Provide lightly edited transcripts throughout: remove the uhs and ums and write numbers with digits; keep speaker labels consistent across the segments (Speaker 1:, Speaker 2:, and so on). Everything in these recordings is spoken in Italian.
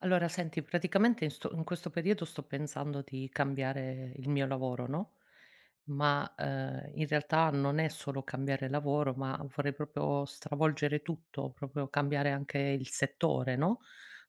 Speaker 1: Allora, senti, praticamente in questo periodo sto pensando di cambiare il mio lavoro, no, ma, in realtà non è solo cambiare lavoro, ma vorrei proprio stravolgere tutto, proprio cambiare anche il settore, no,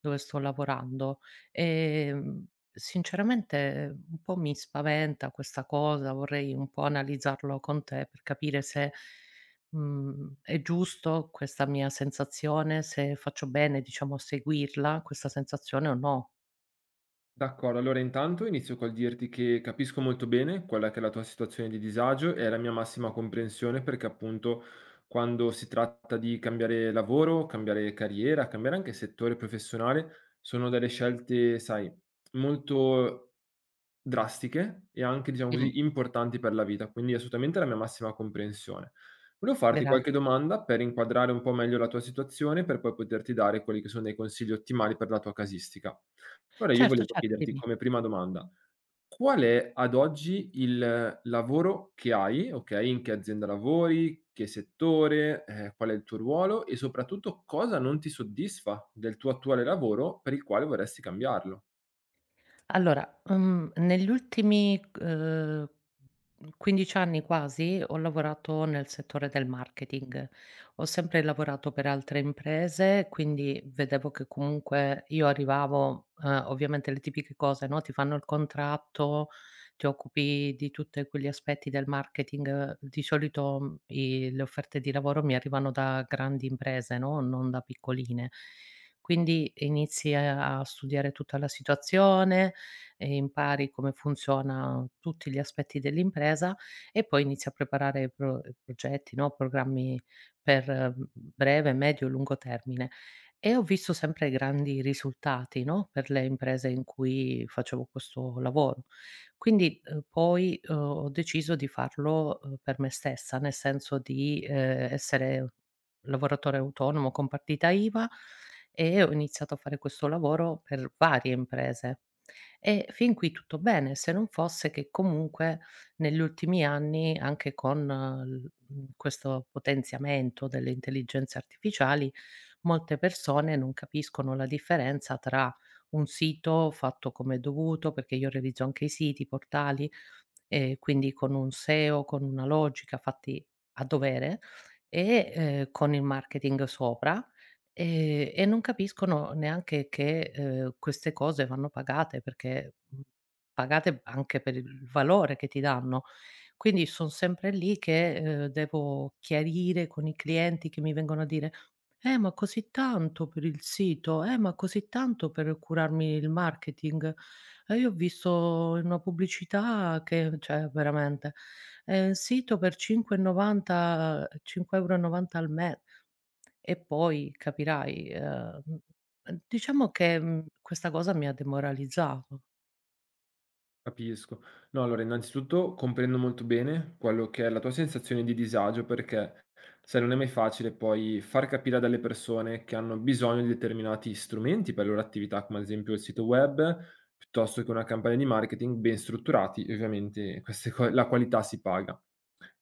Speaker 1: dove sto lavorando. Sinceramente un po' mi spaventa questa cosa, vorrei un po' analizzarlo con te per capire se è giusto questa mia sensazione? Se faccio bene, diciamo, a seguirla, questa sensazione o no?
Speaker 2: D'accordo, allora intanto inizio col dirti che capisco molto bene quella che è la tua situazione di disagio e la mia massima comprensione perché appunto quando si tratta di cambiare lavoro, cambiare carriera, cambiare anche settore professionale, sono delle scelte, sai, molto drastiche e anche, diciamo
Speaker 1: Mh.
Speaker 2: così, importanti per la vita, quindi assolutamente la mia massima comprensione. Volevo farti qualche
Speaker 1: Grazie.
Speaker 2: domanda per inquadrare un po' meglio la tua situazione, per poi poterti dare quelli che sono dei consigli ottimali per la tua casistica. Allora io
Speaker 1: Certo,
Speaker 2: volevo
Speaker 1: certo,
Speaker 2: chiederti
Speaker 1: dimmi.
Speaker 2: come prima domanda: qual è ad oggi il lavoro che hai, okay, in che azienda lavori, che settore, qual è il tuo ruolo e soprattutto cosa non ti soddisfa del tuo attuale lavoro per il quale vorresti cambiarlo?
Speaker 1: Allora, negli ultimi, 15 anni quasi, ho lavorato nel settore del marketing. Ho sempre lavorato per altre imprese, quindi vedevo che comunque io arrivavo, ovviamente le tipiche cose, no, ti fanno il contratto, ti occupi di tutte quegli aspetti del marketing. Di solito, i le offerte di lavoro mi arrivano da grandi imprese, no, non da piccoline. Quindi inizi a studiare tutta la situazione, e impari come funziona tutti gli aspetti dell'impresa e poi inizi a preparare progetti, no, programmi per, breve, medio e lungo termine. E ho visto sempre grandi risultati, no, per le imprese in cui facevo questo lavoro. Quindi, poi, ho deciso di farlo, per me stessa, nel senso di, essere lavoratore autonomo con partita IVA e ho iniziato a fare questo lavoro per varie imprese. E fin qui tutto bene, se non fosse che comunque negli ultimi anni, anche con l questo potenziamento delle intelligenze artificiali, molte persone non capiscono la differenza tra un sito fatto come è dovuto, perché io realizzo anche i siti, i portali, quindi con un SEO, con una logica fatti a dovere e, con il marketing sopra. E non capiscono neanche che, queste cose vanno pagate, perché, pagate anche per il valore che ti danno. Quindi son sempre lì che, devo chiarire con i clienti che mi vengono a dire: ma così tanto per il sito, ma così tanto per curarmi il marketing. Io ho visto in una pubblicità che", cioè veramente, sito per 5,90 €, al me". E poi capirai, diciamo che, questa cosa mi ha demoralizzato.
Speaker 2: Capisco. No, allora innanzitutto comprendo molto bene quello che è la tua sensazione di disagio perché, sai, non è mai facile poi far capire a delle persone che hanno bisogno di determinati strumenti per le loro attività, come ad esempio il sito web, piuttosto che una campagna di marketing ben strutturati, e ovviamente queste la qualità si paga.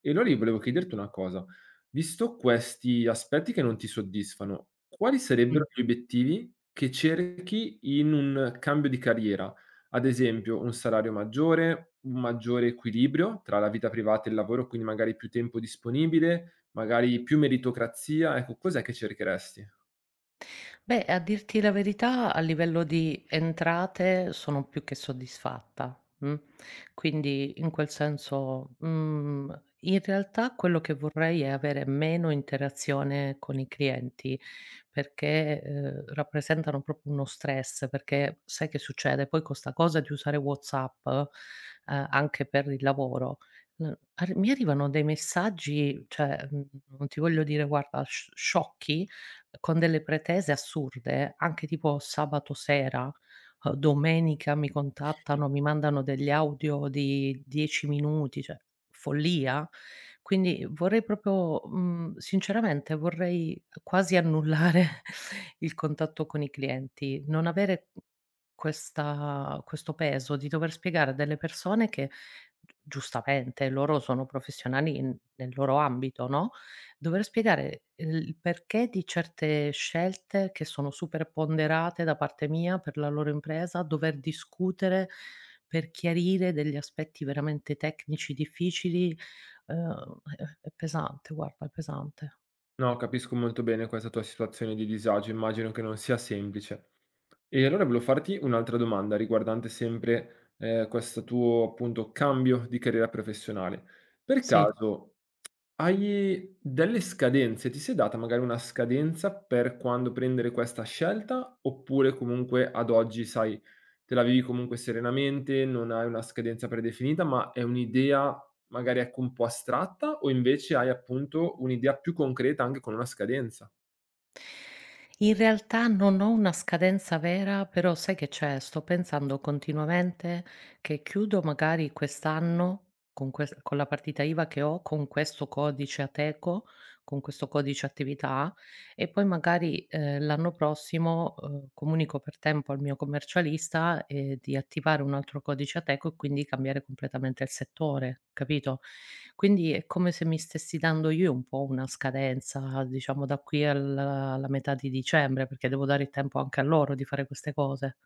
Speaker 2: E allora io volevo chiederti una cosa, visto questi aspetti che non ti soddisfano, quali sarebbero gli obiettivi che cerchi in un cambio di carriera? Ad esempio un salario maggiore, un maggiore equilibrio tra la vita privata e il lavoro, quindi magari più tempo disponibile, magari più meritocrazia. Ecco, cos'è che cercheresti?
Speaker 1: Beh, a dirti la verità, a livello di entrate sono più che soddisfatta. Quindi in quel senso, in realtà quello che vorrei è avere meno interazione con i clienti, perché, rappresentano proprio uno stress. Perché sai che succede? Poi con 'sta cosa di usare WhatsApp, anche per il lavoro, ar mi arrivano dei messaggi, cioè, non ti voglio dire, guarda, sc sciocchi, con delle pretese assurde, anche tipo sabato sera, domenica mi contattano, mi mandano degli audio di 10 minuti, cioè follia. Quindi vorrei proprio, sinceramente vorrei quasi annullare il contatto con i clienti, non avere questa questo peso di dover spiegare a delle persone che, g giustamente, loro sono professionali in nel loro ambito, no. Dover spiegare il perché di certe scelte che sono super ponderate da parte mia per la loro impresa, dover discutere per chiarire degli aspetti veramente tecnici difficili, uhm, è è pesante, guarda, è pesante.
Speaker 2: No, capisco molto bene questa tua situazione di disagio, immagino che non sia semplice. E allora volevo farti un'altra domanda riguardante sempre, questo tuo, appunto, cambio di carriera professionale. Per
Speaker 1: Sì.
Speaker 2: caso hai delle scadenze? Ti sei data magari una scadenza per quando prendere questa scelta? Oppure comunque ad oggi, sai, te la vivi comunque serenamente, non hai una scadenza predefinita, ma è un'idea magari ecco un po' astratta o invece hai appunto un'idea più concreta anche con una scadenza?
Speaker 1: In realtà non ho una scadenza vera, però sai che c'è? Sto pensando continuamente che chiudo magari quest'anno con ques con la partita IVA che ho, con questo codice Ateco, con questo codice attività, e poi magari, l'anno prossimo, comunico per tempo al mio commercialista, di attivare un altro codice Ateco e quindi cambiare completamente il settore, capito? Quindi è come se mi stessi dando io un po' una scadenza, diciamo da qui al alla metà di dicembre, perché devo dare il tempo anche a loro di fare queste cose.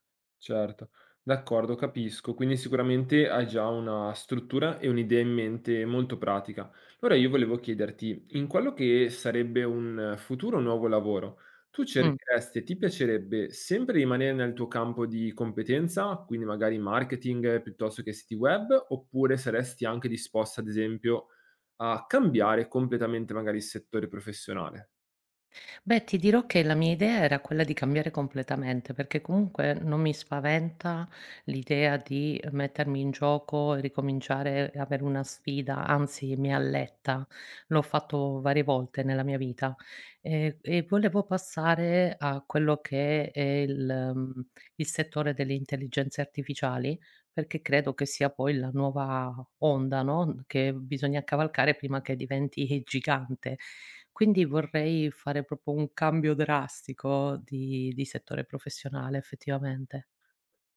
Speaker 2: Certo, d'accordo, capisco. Quindi sicuramente hai già una struttura e un'idea in mente molto pratica. Ora io volevo chiederti, in quello che sarebbe un futuro nuovo lavoro, tu
Speaker 1: Mh.
Speaker 2: cercheresti e ti piacerebbe sempre rimanere nel tuo campo di competenza, quindi magari marketing piuttosto che siti web, oppure saresti anche disposta, ad esempio, a cambiare completamente magari il settore professionale?
Speaker 1: Beh, ti dirò che la mia idea era quella di cambiare completamente, perché comunque non mi spaventa l'idea di mettermi in gioco e ricominciare e avere una sfida, anzi mi alletta. L'ho fatto varie volte nella mia vita. E volevo passare a quello che è il settore delle intelligenze artificiali, perché credo che sia poi la nuova onda, no, che bisogna cavalcare prima che diventi gigante. Quindi vorrei fare proprio un cambio drastico di settore professionale, effettivamente.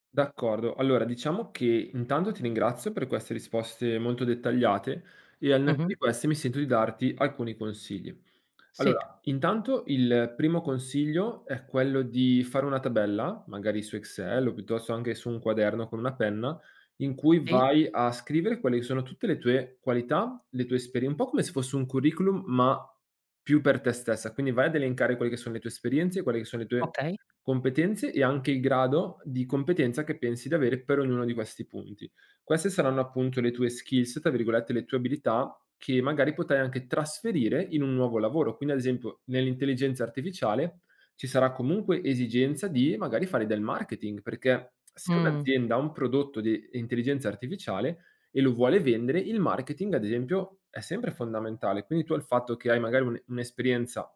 Speaker 2: D'accordo. Allora, diciamo che intanto ti ringrazio per queste risposte molto dettagliate e al netto
Speaker 1: Mh-mh.
Speaker 2: di queste mi sento di darti alcuni consigli.
Speaker 1: Sì,
Speaker 2: Allora, intanto il primo consiglio è quello di fare una tabella, magari su Excel o piuttosto anche su un quaderno con una penna, in cui
Speaker 1: sì,
Speaker 2: vai a scrivere quelle che sono tutte le tue qualità, le tue esperien un po' come se fosse un curriculum, ma più per te stessa. Quindi vai ad elencare quelle che sono le tue esperienze, quelle che sono le tue
Speaker 1: okay.
Speaker 2: competenze e anche il grado di competenza che pensi di avere per ognuno di questi punti. Queste saranno appunto le tue skills, tra virgolette, le tue abilità che magari potrai anche trasferire in un nuovo lavoro. Quindi, ad esempio, nell'intelligenza artificiale ci sarà comunque esigenza di magari fare del marketing, perché se
Speaker 1: Mh,
Speaker 2: un'azienda ha un prodotto di intelligenza artificiale e lo vuole vendere, il marketing, ad esempio, è sempre fondamentale. Quindi tu il fatto che hai magari un'esperienza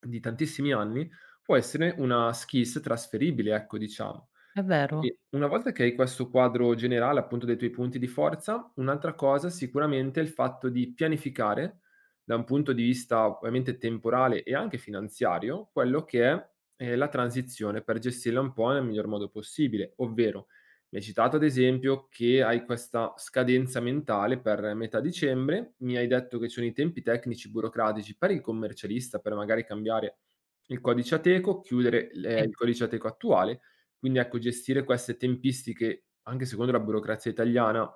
Speaker 2: di tantissimi anni può essere una skills trasferibile, ecco, diciamo.
Speaker 1: è vero.
Speaker 2: Quindi una volta che hai questo quadro generale, appunto, dei tuoi punti di forza, un'altra cosa sicuramente è il fatto di pianificare, da un punto di vista ovviamente temporale e anche finanziario, quello che è, la transizione per gestirla un po' nel miglior modo possibile. Ovvero, mi hai citato ad esempio che hai questa scadenza mentale per metà dicembre, mi hai detto che ci sono i tempi tecnici burocratici per il commercialista, per magari cambiare il codice Ateco, chiudere l
Speaker 1: Sì,
Speaker 2: il codice Ateco attuale, quindi ecco, gestire queste tempistiche, anche secondo la burocrazia italiana,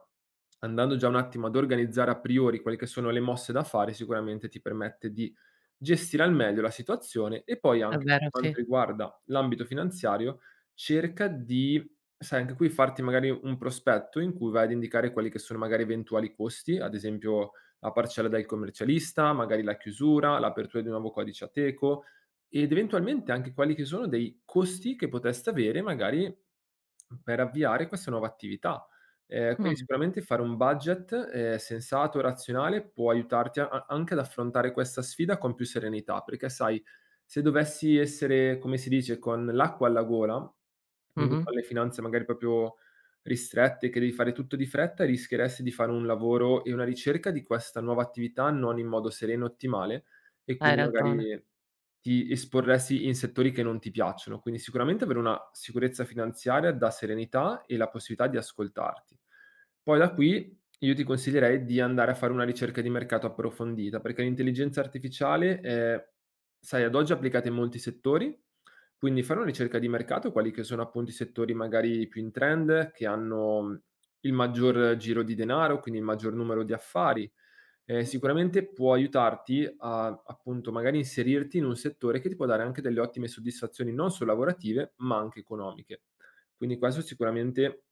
Speaker 2: andando già un attimo ad organizzare a priori quelle che sono le mosse da fare, sicuramente ti permette di gestire al meglio la situazione e poi
Speaker 1: è
Speaker 2: anche per
Speaker 1: vero, sì.
Speaker 2: quanto riguarda l'ambito finanziario, cerca di, sai, anche qui farti magari un prospetto in cui vai ad indicare quelli che sono magari eventuali costi, ad esempio la parcella del commercialista, magari la chiusura, l'apertura di un nuovo codice Ateco, ed eventualmente anche quelli che sono dei costi che potreste avere magari per avviare questa nuova attività. Quindi
Speaker 1: Mh,
Speaker 2: sicuramente fare un budget, sensato, e razionale, può aiutarti a anche ad affrontare questa sfida con più serenità, perché sai, se dovessi essere, come si dice, con l'acqua alla gola, quindi
Speaker 1: mh-mh.
Speaker 2: con le finanze magari proprio ristrette, che devi fare tutto di fretta, rischieresti di fare un lavoro e una ricerca di questa nuova attività non in modo sereno e ottimale e
Speaker 1: Hai
Speaker 2: quindi
Speaker 1: ragione.
Speaker 2: magari ti esporresti in settori che non ti piacciono, quindi sicuramente avere una sicurezza finanziaria dà serenità e la possibilità di ascoltarti. Poi da qui io ti consiglierei di andare a fare una ricerca di mercato approfondita, perché l'intelligenza artificiale è, sai, ad oggi applicata in molti settori, quindi fare una ricerca di mercato, quali che sono appunto i settori magari più in trend, che hanno il maggior giro di denaro, quindi il maggior numero di affari, sicuramente può aiutarti a, appunto, magari inserirti in un settore che ti può dare anche delle ottime soddisfazioni, non solo lavorative, ma anche economiche. Quindi questo è sicuramente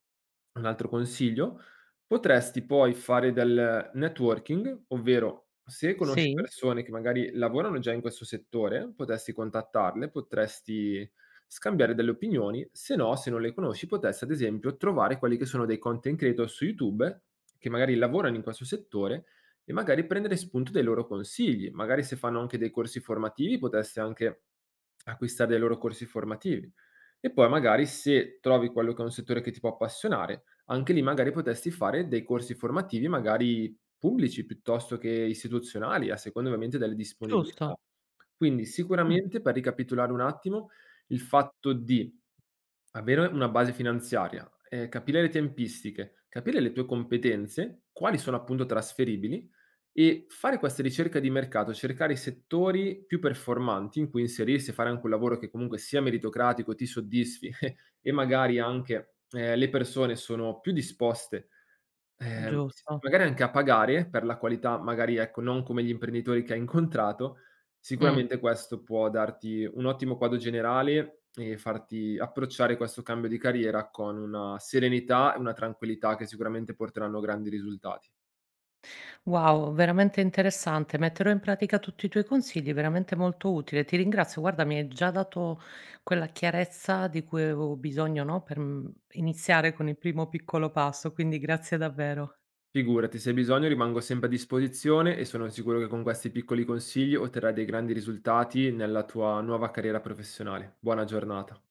Speaker 2: un altro consiglio. Potresti poi fare del networking, ovvero se conosci
Speaker 1: Sì,
Speaker 2: persone che magari lavorano già in questo settore, potresti contattarle, potresti scambiare delle opinioni, se no, se non le conosci, potresti ad esempio trovare quelli che sono dei content creator su YouTube che magari lavorano in questo settore e magari prendere spunto dai loro consigli. Magari se fanno anche dei corsi formativi, potresti anche acquistare dei loro corsi formativi. E poi magari se trovi quello che è un settore che ti può appassionare, anche lì magari potresti fare dei corsi formativi, magari pubblici piuttosto che istituzionali, a seconda ovviamente delle
Speaker 1: giusto.
Speaker 2: disponibilità. Quindi
Speaker 1: Mh,
Speaker 2: sicuramente, per ricapitolare un attimo, il fatto di avere una base finanziaria, capire le tempistiche, capire le tue competenze, quali sono appunto trasferibili e fare queste ricerche di mercato, cercare i settori più performanti in cui inserirsi e fare anche un lavoro che comunque sia meritocratico, ti soddisfi e magari anche, le persone sono più disposte, s
Speaker 1: giusto.
Speaker 2: magari anche a pagare per la qualità, magari ecco, non come gli imprenditori che hai incontrato,
Speaker 1: Mh.
Speaker 2: sicuramente questo può darti un ottimo quadro generale e farti approcciare questo cambio di carriera con una serenità e una tranquillità che sicuramente porteranno grandi risultati.
Speaker 1: Wow, veramente interessante. Metterò in pratica tutti i tuoi consigli, veramente molto utile. Ti ringrazio. Guarda, mi hai già dato quella chiarezza di cui avevo bisogno, no? Per iniziare con il primo piccolo passo. Quindi grazie davvero.
Speaker 2: Figurati, se hai bisogno rimango sempre a disposizione e sono sicuro che con questi piccoli consigli otterrai dei grandi risultati nella tua nuova carriera professionale. Buona giornata.